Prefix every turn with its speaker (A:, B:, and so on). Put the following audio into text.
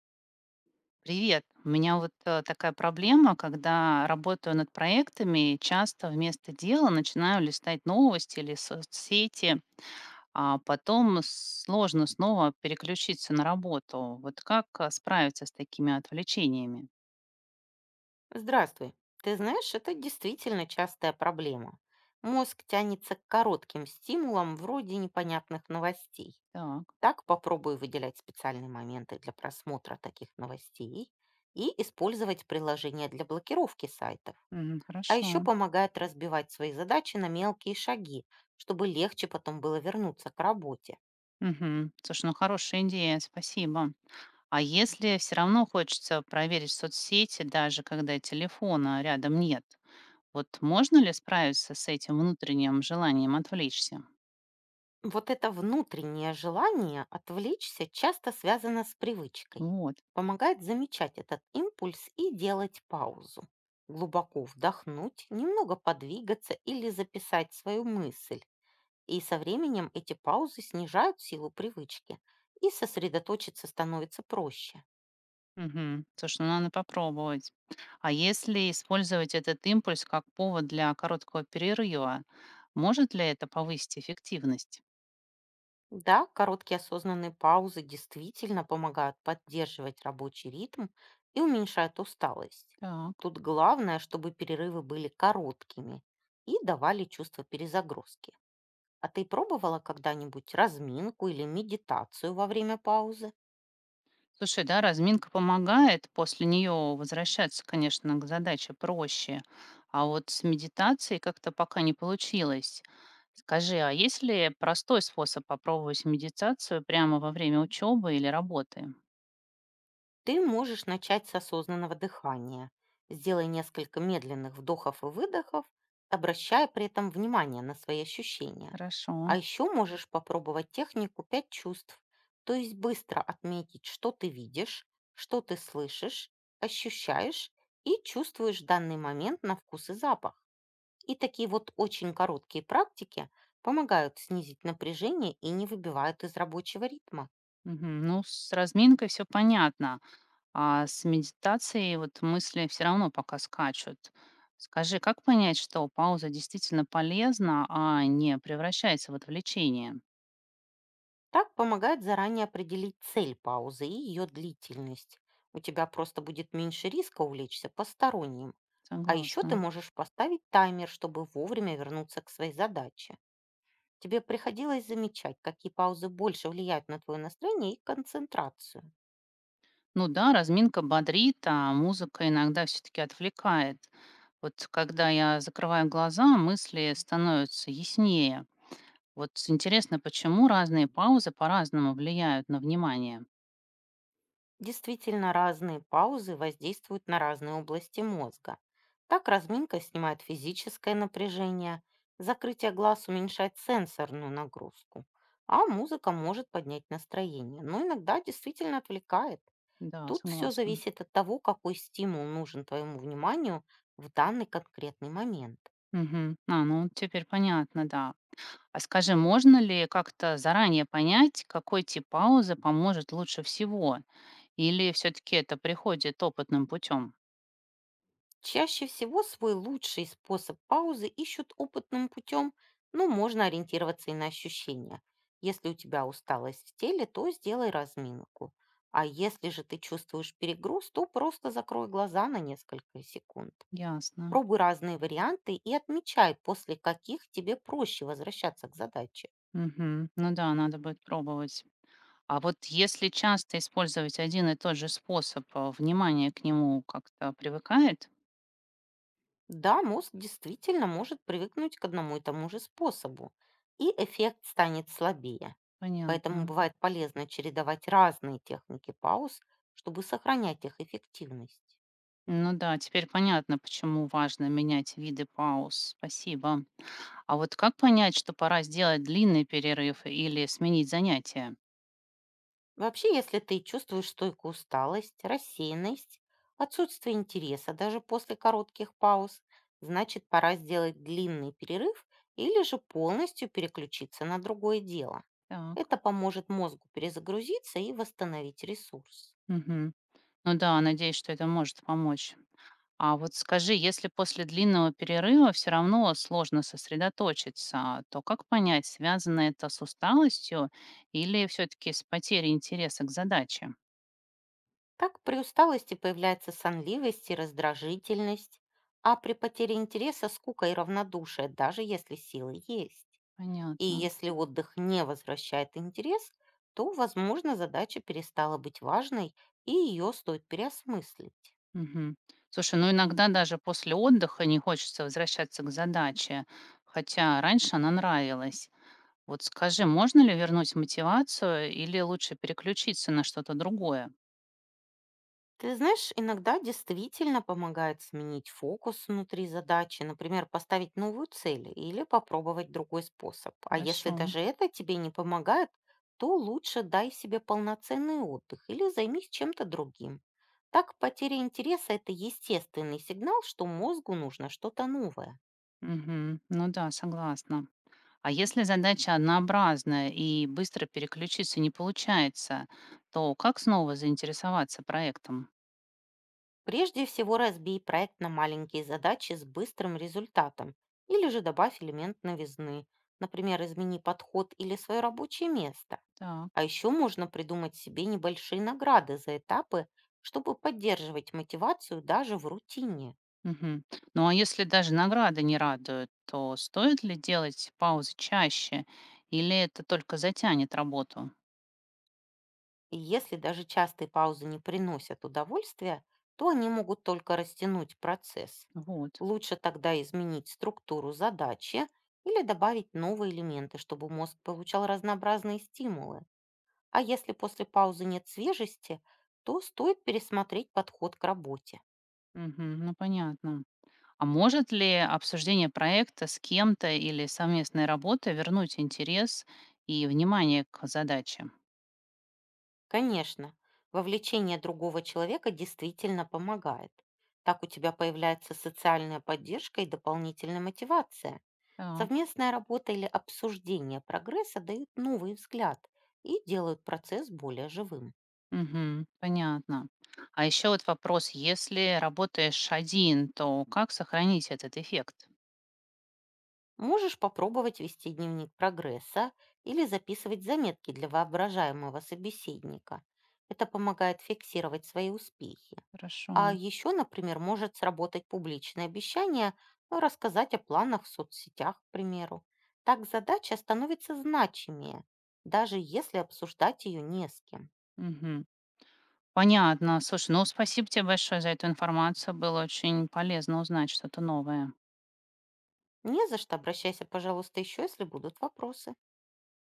A: Привет. У меня вот такая проблема, когда работаю над проектами, часто вместо дела начинаю листать новости или соцсети, а потом сложно снова переключиться на работу. Вот как справиться с такими отвлечениями?
B: Здравствуй. Ты знаешь, это действительно частая проблема. Мозг тянется к коротким стимулам вроде непонятных новостей.
A: Так,
B: Так попробуй выделять специальные моменты для просмотра таких новостей и использовать приложение для блокировки сайтов.
A: мгм,
B: А еще
A: хорошо.
B: помогает разбивать свои задачи на мелкие шаги, чтобы легче потом было вернуться к работе.
A: Мгм. Слушай, ну хорошая идея, спасибо. А если все равно хочется проверить соцсети, даже когда телефона рядом нет, вот можно ли справиться с этим внутренним желанием отвлечься?
B: Вот это внутреннее желание отвлечься часто связано с привычкой.
A: Вот.
B: Помогает замечать этот импульс и делать паузу. Глубоко вдохнуть, немного подвигаться или записать свою мысль. И со временем эти паузы снижают силу привычки, и сосредоточиться становится проще.
A: Мгм. Слушай, ну надо попробовать. А если использовать этот импульс как повод для короткого перерыва, может ли это повысить эффективность?
B: Да, короткие осознанные паузы действительно помогают поддерживать рабочий ритм и уменьшают усталость.
A: Так.
B: Тут главное, чтобы перерывы были короткими и давали чувство перезагрузки. А ты пробовала когда-нибудь разминку или медитацию во время паузы?
A: Слушай, да, разминка помогает, после нее возвращаться, конечно, к задаче проще. А вот с медитацией как-то пока не получилось. Скажи, а есть ли простой способ попробовать медитацию прямо во время учебы или работы?
B: Ты можешь начать с осознанного дыхания. Сделай несколько медленных вдохов и выдохов, обращая при этом внимание на свои ощущения.
A: Хорошо.
B: А еще можешь попробовать технику пять чувств, то есть быстро отметить, что ты видишь, что ты слышишь, ощущаешь и чувствуешь в данный момент на вкус и запах. И такие вот очень короткие практики помогают снизить напряжение и не выбивают из рабочего ритма.
A: Мгм. Ну, с разминкой все понятно. А с медитацией вот мысли все равно пока скачут. Скажи, как понять, что пауза действительно полезна, а не превращается в отвлечение?
B: Так помогает заранее определить цель паузы и ее длительность. У тебя просто будет меньше риска увлечься посторонним. А еще
A: Согласна.
B: ты можешь поставить таймер, чтобы вовремя вернуться к своей задаче. Тебе приходилось замечать, какие паузы больше влияют на твое настроение и концентрацию.
A: Ну да, разминка бодрит, а музыка иногда все-таки отвлекает. Вот когда я закрываю глаза, мысли становятся яснее. Вот интересно, почему разные паузы по-разному влияют на внимание.
B: Действительно, разные паузы воздействуют на разные области мозга. Так разминка снимает физическое напряжение, закрытие глаз уменьшает сенсорную нагрузку, а музыка может поднять настроение, но иногда действительно отвлекает.
A: Да,
B: Тут все
A: согласна.
B: зависит от того, какой стимул нужен твоему вниманию в данный конкретный момент.
A: Мгм. А, ну теперь понятно, да. А скажи, можно ли как-то заранее понять, какой тип паузы поможет лучше всего? Или все-таки это приходит опытным путем?
B: Чаще всего свой лучший способ паузы ищут опытным путем, но можно ориентироваться и на ощущения. Если у тебя усталость в теле, то сделай разминку. А если же ты чувствуешь перегруз, то просто закрой глаза на несколько секунд.
A: Ясно.
B: Пробуй разные варианты и отмечай, после каких тебе проще возвращаться к задаче.
A: Мгм. Ну да, надо будет пробовать. А вот если часто использовать один и тот же способ, а, внимание к нему как-то привыкает?
B: Да, мозг действительно может привыкнуть к одному и тому же способу, и эффект станет слабее. Поэтому
A: Понятно.
B: бывает полезно чередовать разные техники пауз, чтобы сохранять их эффективность.
A: Ну да, теперь понятно, почему важно менять виды пауз. Спасибо. А вот как понять, что пора сделать длинный перерыв или сменить занятие?
B: Вообще, если ты чувствуешь стойкую усталость, рассеянность, отсутствие интереса даже после коротких пауз, значит пора сделать длинный перерыв или же полностью переключиться на другое дело.
A: Так.
B: Это поможет мозгу перезагрузиться и восстановить ресурс.
A: Мгм. Ну да, надеюсь, что это может помочь. А вот скажи, если после длинного перерыва все равно сложно сосредоточиться, то как понять, связано это с усталостью или все-таки с потерей интереса к задаче?
B: Так при усталости появляется сонливость и раздражительность, а при потере интереса скука и равнодушие, даже если силы есть. И
A: Понятно.
B: если отдых не возвращает интерес, то, возможно, задача перестала быть важной, и ее стоит переосмыслить.
A: Мгм. Слушай, ну иногда даже после отдыха не хочется возвращаться к задаче, хотя раньше она нравилась. Вот скажи, можно ли вернуть мотивацию или лучше переключиться на что-то другое?
B: Ты знаешь, иногда действительно помогает сменить фокус внутри задачи, например, поставить новую цель или попробовать другой способ. А если
A: Хорошо.
B: даже это тебе не помогает, то лучше дай себе полноценный отдых или займись чем-то другим. Так потеря интереса – это естественный сигнал, что мозгу нужно что-то новое.
A: Мгм. Ну да, согласна. А если задача однообразная и быстро переключиться не получается, то как снова заинтересоваться проектом?
B: Прежде всего разбей проект на маленькие задачи с быстрым результатом или же добавь элемент новизны. Например, измени подход или свое рабочее место. А
A: Так.
B: еще можно придумать себе небольшие награды за этапы, чтобы поддерживать мотивацию даже в рутине.
A: Мгм. Ну а если даже награды не радуют, то стоит ли делать паузы чаще или это только затянет работу?
B: И если даже частые паузы не приносят удовольствия, то они могут только растянуть процесс.
A: Вот.
B: Лучше тогда изменить структуру задачи или добавить новые элементы, чтобы мозг получал разнообразные стимулы. А если после паузы нет свежести, то стоит пересмотреть подход к работе.
A: Мгм. Ну понятно. А может ли обсуждение проекта с кем-то или совместная работа вернуть интерес и внимание к задаче?
B: Конечно, вовлечение другого человека действительно помогает. Так у тебя появляется социальная поддержка и дополнительная мотивация.
A: Так.
B: Совместная работа или обсуждение прогресса дают новый взгляд и делают процесс более живым.
A: Мгм. Понятно. А еще вот вопрос, если работаешь один, то как сохранить этот эффект?
B: Можешь попробовать вести дневник прогресса или записывать заметки для воображаемого собеседника. Это помогает фиксировать свои успехи. А
A: Хорошо.
B: еще, например, может сработать публичное обещание, ну, рассказать о планах в соцсетях, к примеру. Так задача становится значимее, даже если обсуждать ее не с кем.
A: Мгм. Понятно. Слушай, ну спасибо тебе большое за эту информацию. Было очень полезно узнать что-то новое.
B: Не за что, обращайся, пожалуйста, еще, если будут вопросы.